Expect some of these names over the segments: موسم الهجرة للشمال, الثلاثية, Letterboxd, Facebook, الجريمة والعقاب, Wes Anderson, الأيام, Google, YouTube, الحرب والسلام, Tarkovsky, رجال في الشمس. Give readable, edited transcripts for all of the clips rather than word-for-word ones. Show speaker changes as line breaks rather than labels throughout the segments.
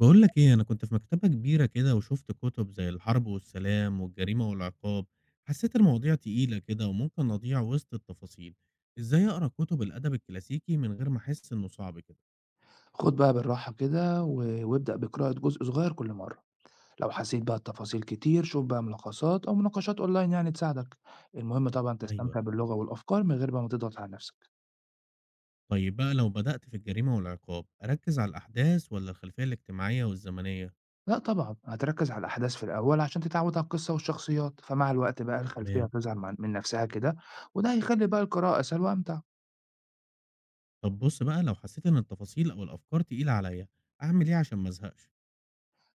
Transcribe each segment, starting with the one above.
بقول لك ايه، انا كنت في مكتبة كبيرة كده وشفت كتب زي الحرب والسلام والجريمة والعقاب. حسيت المواضيع تقيلة كده وممكن اضيع وسط التفاصيل. ازاي اقرا كتب الادب الكلاسيكي من غير ما احس انه صعب كده؟
خُد بقى بالراحة كده و وابدأ بقراءة جزء صغير كل مرة، لو حسيت بقى بتفاصيل كتير شوف بقى ملخصات أو مناقشات أونلاين يعني تساعدك، المهم طبعًا
ايوه
تستمتع
ايوه.
باللغة والأفكار من غير بقى ما تضغط على نفسك،
طيب بقى، لو بدأت في الجريمة والعقاب اركز على الاحداث ولا الخلفية الاجتماعية والزمنية؟
لأ طبعًا هتركّز على الأحداث في الأول عشان تتعود على القصة والشخصيات، فمع الوقت بقى الخلفية
تمام.
هتظهر مع من نفسها كده، وده هيخلّي بقى القراءة أسهل وأمتع،
طب بص بقى، لو حسيت ان التفاصيل او الافكار تقيلة عليا اعمل ايه عشان ما ازهقش؟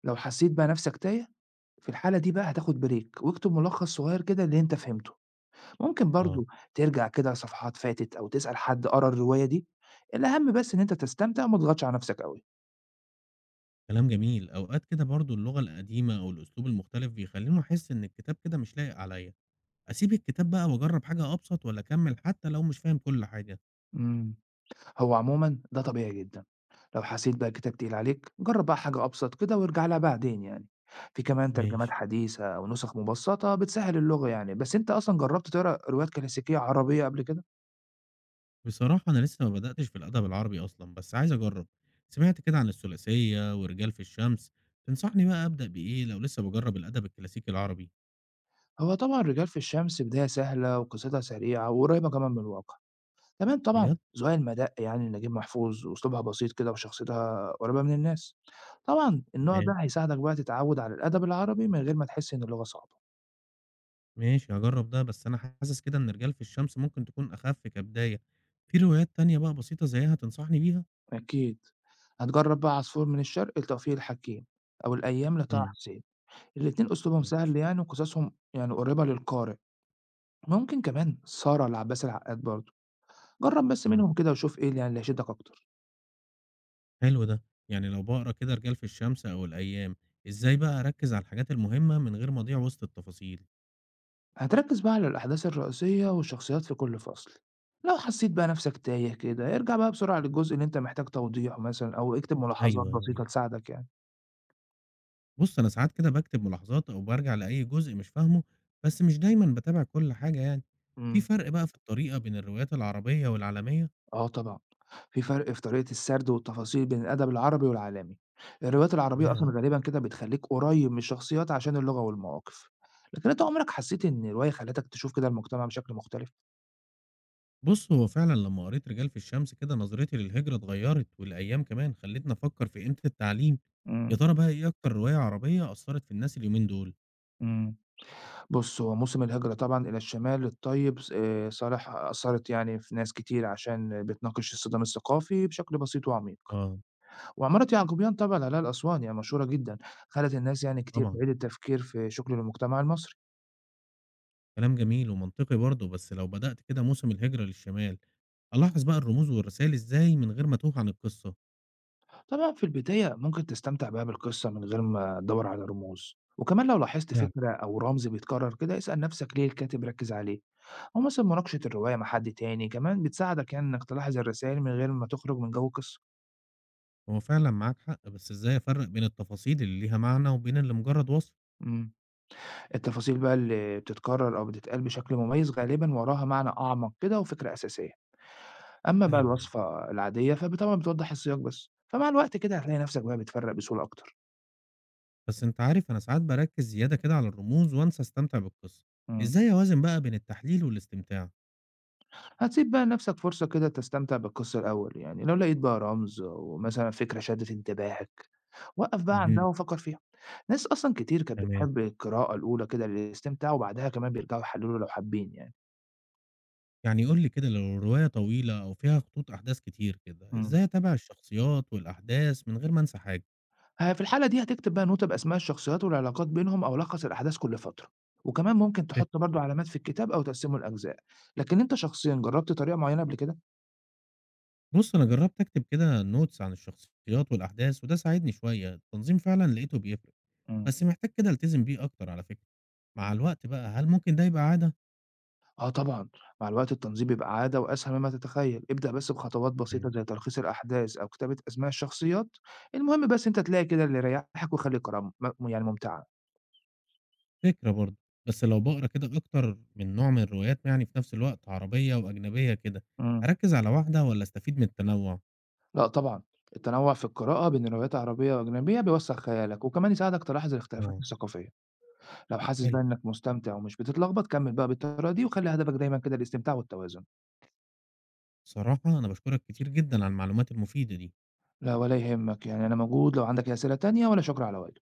لو حسيت بقى نفسك تايه في الحالة دي بقى هتاخد بريك واكتب ملخص صغير كده اللي أنت فهمته. ممكن
اه.
برضه ترجع كده لصفحات فاتت أو تسأل حد قرا الرواية دي الأهم بس إن أنت تستمتع وما تضغطش على نفسك أوي.
كلام جميل. اوقات كده برضو اللغة القديمة او الاسلوب المختلف بيخليني احس ان الكتاب كده مش لايق عليا. أسيب الكتاب بقى وأجرّب حاجة أبسط والّا أكمّل حتى لو مش فاهم كل حاجة؟
امم هو عموما ده طبيعي جدا. لو حسيت بقى الكتاب تقيل عليك جرب بقى حاجة أبسط كده وارجع لها بعدين يعني في كمان ترجمات
ماشي.
حديثة أو نسخ مبسطة بتسهل اللغة يعني، بس أنت أصلا جربت تقرا روايات كلاسيكية عربية قبل كده؟
بصراحة أنا لسه ما بدأتش في الأدب العربي أصلًا، بس عايز أجرّب. سمعت كده عن الثلاثية ورجال في الشمس، تنصحني بقى أبدأ بإيه لو لسه باجرّب الأدب الكلاسيكي العربي؟
هو طبعا رجال في الشمس بداية سهلة وقصتها سريعة وقريبة كمان من الواقع، كمان طبعًا
بجد؟
ذوقها المَدَاء يعني لنجيب محفوظ، وأسلوبها بسيط كده وشخصيتها قريبة من الناس. طبعًا النوع ده
تمام.
هيساعدك بقى تتعود على الأدب العربي من غير ما تحس إن اللغة صعبة.
ماشي هاجرّب ده، بس أنا حاسس كده إن رجال في الشمس ممكن تكون أخَف كبداية. في روايات تانية بقى بسيطة زيّها تنصحني بيها؟
أكيد، هتجرب بقى عصفور من الشرق لتوفيق الحكيم، أو الأيام لطه
إمم،
حسين، الاتنين أسلوبهم
ماشي.
سهل يعني وقصصهم يعني قريبة للقارئ. ممكن كمان سارة لعباس العقاد برضه، جرب بس
إمم.
منهم كده وشوف إيه اللي يعني اللي هيشدك أكتر.
حلو ده، يعني لو باقرا كده رجال في الشمس أو الأيام، إزاي بقى أركّز على الحاجات المهمة من غير ما أضيع وسط التفاصيل؟
هتركز بقى على الأحداث الرئيسية والشخصيات في كل فصل، لو حسيت بقى نفسك تايه كده ارجع بقى بسرعة للجزء اللي انت محتاج توضيحه مثلا أو اكتب ملاحظات
أيوه،
بسيطة
أيوه.
تساعدك يعني.
بُص، أنا ساعات كده باكتب ملاحظات أو بارجع لأي جزء مش فاهمه، بس مش دايمًا باتابع كل حاجة يعني. في
امم
فرق بقى في الطريقة بين الروايات العربية والعالمية؟
اه طبعا، في فرق في طريقة السرد والتفاصيل بين الأدب العربي والعالمي، الروايات العربية أصلا
ياه!
غالبا كده بتخليك قريب من الشخصيات عشان اللغة والمواقف، لكن انت عمرك حسيت ان الرواية خلتك تشوف كده المجتمع بشكل مختلف؟
بُص، هو فعلًا لمّا قريت رجال في الشمس كده نظرتي للهجرة اتغيّرت والأيام كمان، خلّتني أفكّر في قيمة التعليم. يا ترى بقى إيه أكتر رواية عربية أثّرت في الناس اليومين دول؟
امم بُص، هو موسم الهجرة طبعًا إلى الشمال الطيب ص صالح أثّرت يعني في ناس كتير عشان بتناقش الصدام الثقافي بشكل بسيط وعميق،
آه،
وعمارة يعقوبيان طبعًا عليها الأسوان يعني مشهورة جدًا، خلت الناس يعني كتير
طبعًا.
تعيد التفكير في شكل المجتمع المصري.
كلام جميل ومنطقي برضه، بس لو بدأت كده موسم الهجرة للشمال، ألاحظ بقى الرموز والرسائل إزاي من غير ما أتوه عن القصة؟
طبعًا في البداية ممكن تستمتع بقى بالقصة من غير ما تدوّر على رموز، وكمان لو لاحظت
فعلا.
فكرة أو رمز بيتكرر كده اسأل نفسك ليه الكاتب ركّز عليه، أو مثلًا مناقشة الرواية مع حد تاني كمان بتساعدك يعني إنك تلاحظ الرسايل من غير ما تخرج من جو القصة.
هو فعلًا معاك حق، بس إزاي أفرق بين التفاصيل اللي ليها معنى وبين اللي مجرد وصف؟
إمم. التفاصيل بقى اللي بتتكرر أو بتتقال بشكل مميز غالبًا وراها معنى أعمق كده وفكرة أساسية، أما بقى
ايوه ايوه.
الوصفة العادية فب طبعًا بتوضح السياق بس، فمع الوقت كده هتلاقي نفسك بقى بتفرّق بسهولة أكتر.
بس أنت عارف أنا ساعات بركز زيادة كده على الرموز وأنسى أستمتع بالقصة،
إمم،
إزاي أوازن بقى بين التحليل والاستمتاع؟
هتسيب بقى لنفسك فرصة كده تستمتع بالقصة الأول، يعني لو لقيت بقى رمز أو مثلًا فكرة شدت انتباهك، وقّف بقى عندها
مهم.
وفكّر فيها. ناس أصلًا كتير كانت
تمام.
بتحب القراءة الأولى كده للاستمتاع وبعدها كمان بيرجعوا يحلّلوا لو حابين يعني.
يعني قول لي كده، لو الرواية طويلة أو فيها خطوط أحداث كتير كده،
إمم.
إزاي أتابع الشخصيات والأحداث من غير ما أنسى حاجة؟
في الحالة دي هتكتب بقى نوتة بأسماء الشخصيات والعلاقات بينهم أو لخّص الأحداث كل فترة، وكمان ممكن
فكرة.
تحط برضه علامات في الكتاب أو تقسمه لأجزاء، لكن أنت شخصيًا جرّبت طريقة معيّنة قبل كده؟
بُص، أنا جرّبت أكتب كده notes عن الشخصيات والأحداث وده ساعدني شوية، التنظيم فعلًا لقيته بيفرق،
إمم،
بس محتاج كده ألتزم بيه أكتر على فكرة. مع الوقت بقى هل ممكن ده يبقى عادة؟
آه طبعًا، مع الوقت التنظيم بيبقى عادة وأسهل مما تتخيّل، ابدأ بس بخطوات بسيطة
إمم.
زي تلخيص الأحداث أو كتابة أسماء الشخصيات، المهم بس أنت تلاقي كده اللي يريّحك ويخلّي القراءة يعني ممتعة.
فكرة برضه، بس لو باقرا كده أكتر من نوع من الروايات يعني في نفس الوقت عربية وأجنبية كده،
إمم،
أركّز على واحدة والّا أستفيد من التنوع؟
لأ طبعًا، التنوّع في القراءة بين روايات عربية وأجنبية بيوسّع خيالك، وكمان يساعدك تلاحظ الاختلافات
آه،
الثقافية. لو حاسس بقى
حلو.
إنك مستمتع ومش بتتلخبط كمّل بقى بالطريقة دي، وخلّي هدفك دايمًا كده الاستمتاع والتوازن.
بصراحة أنا باشكرك كتير جدًا على المعلومات المفيدة دي.
لا ولا يهمك، يعني أنا موجود لو عندك أي أسئلة تانية، ولا شكر على واجب.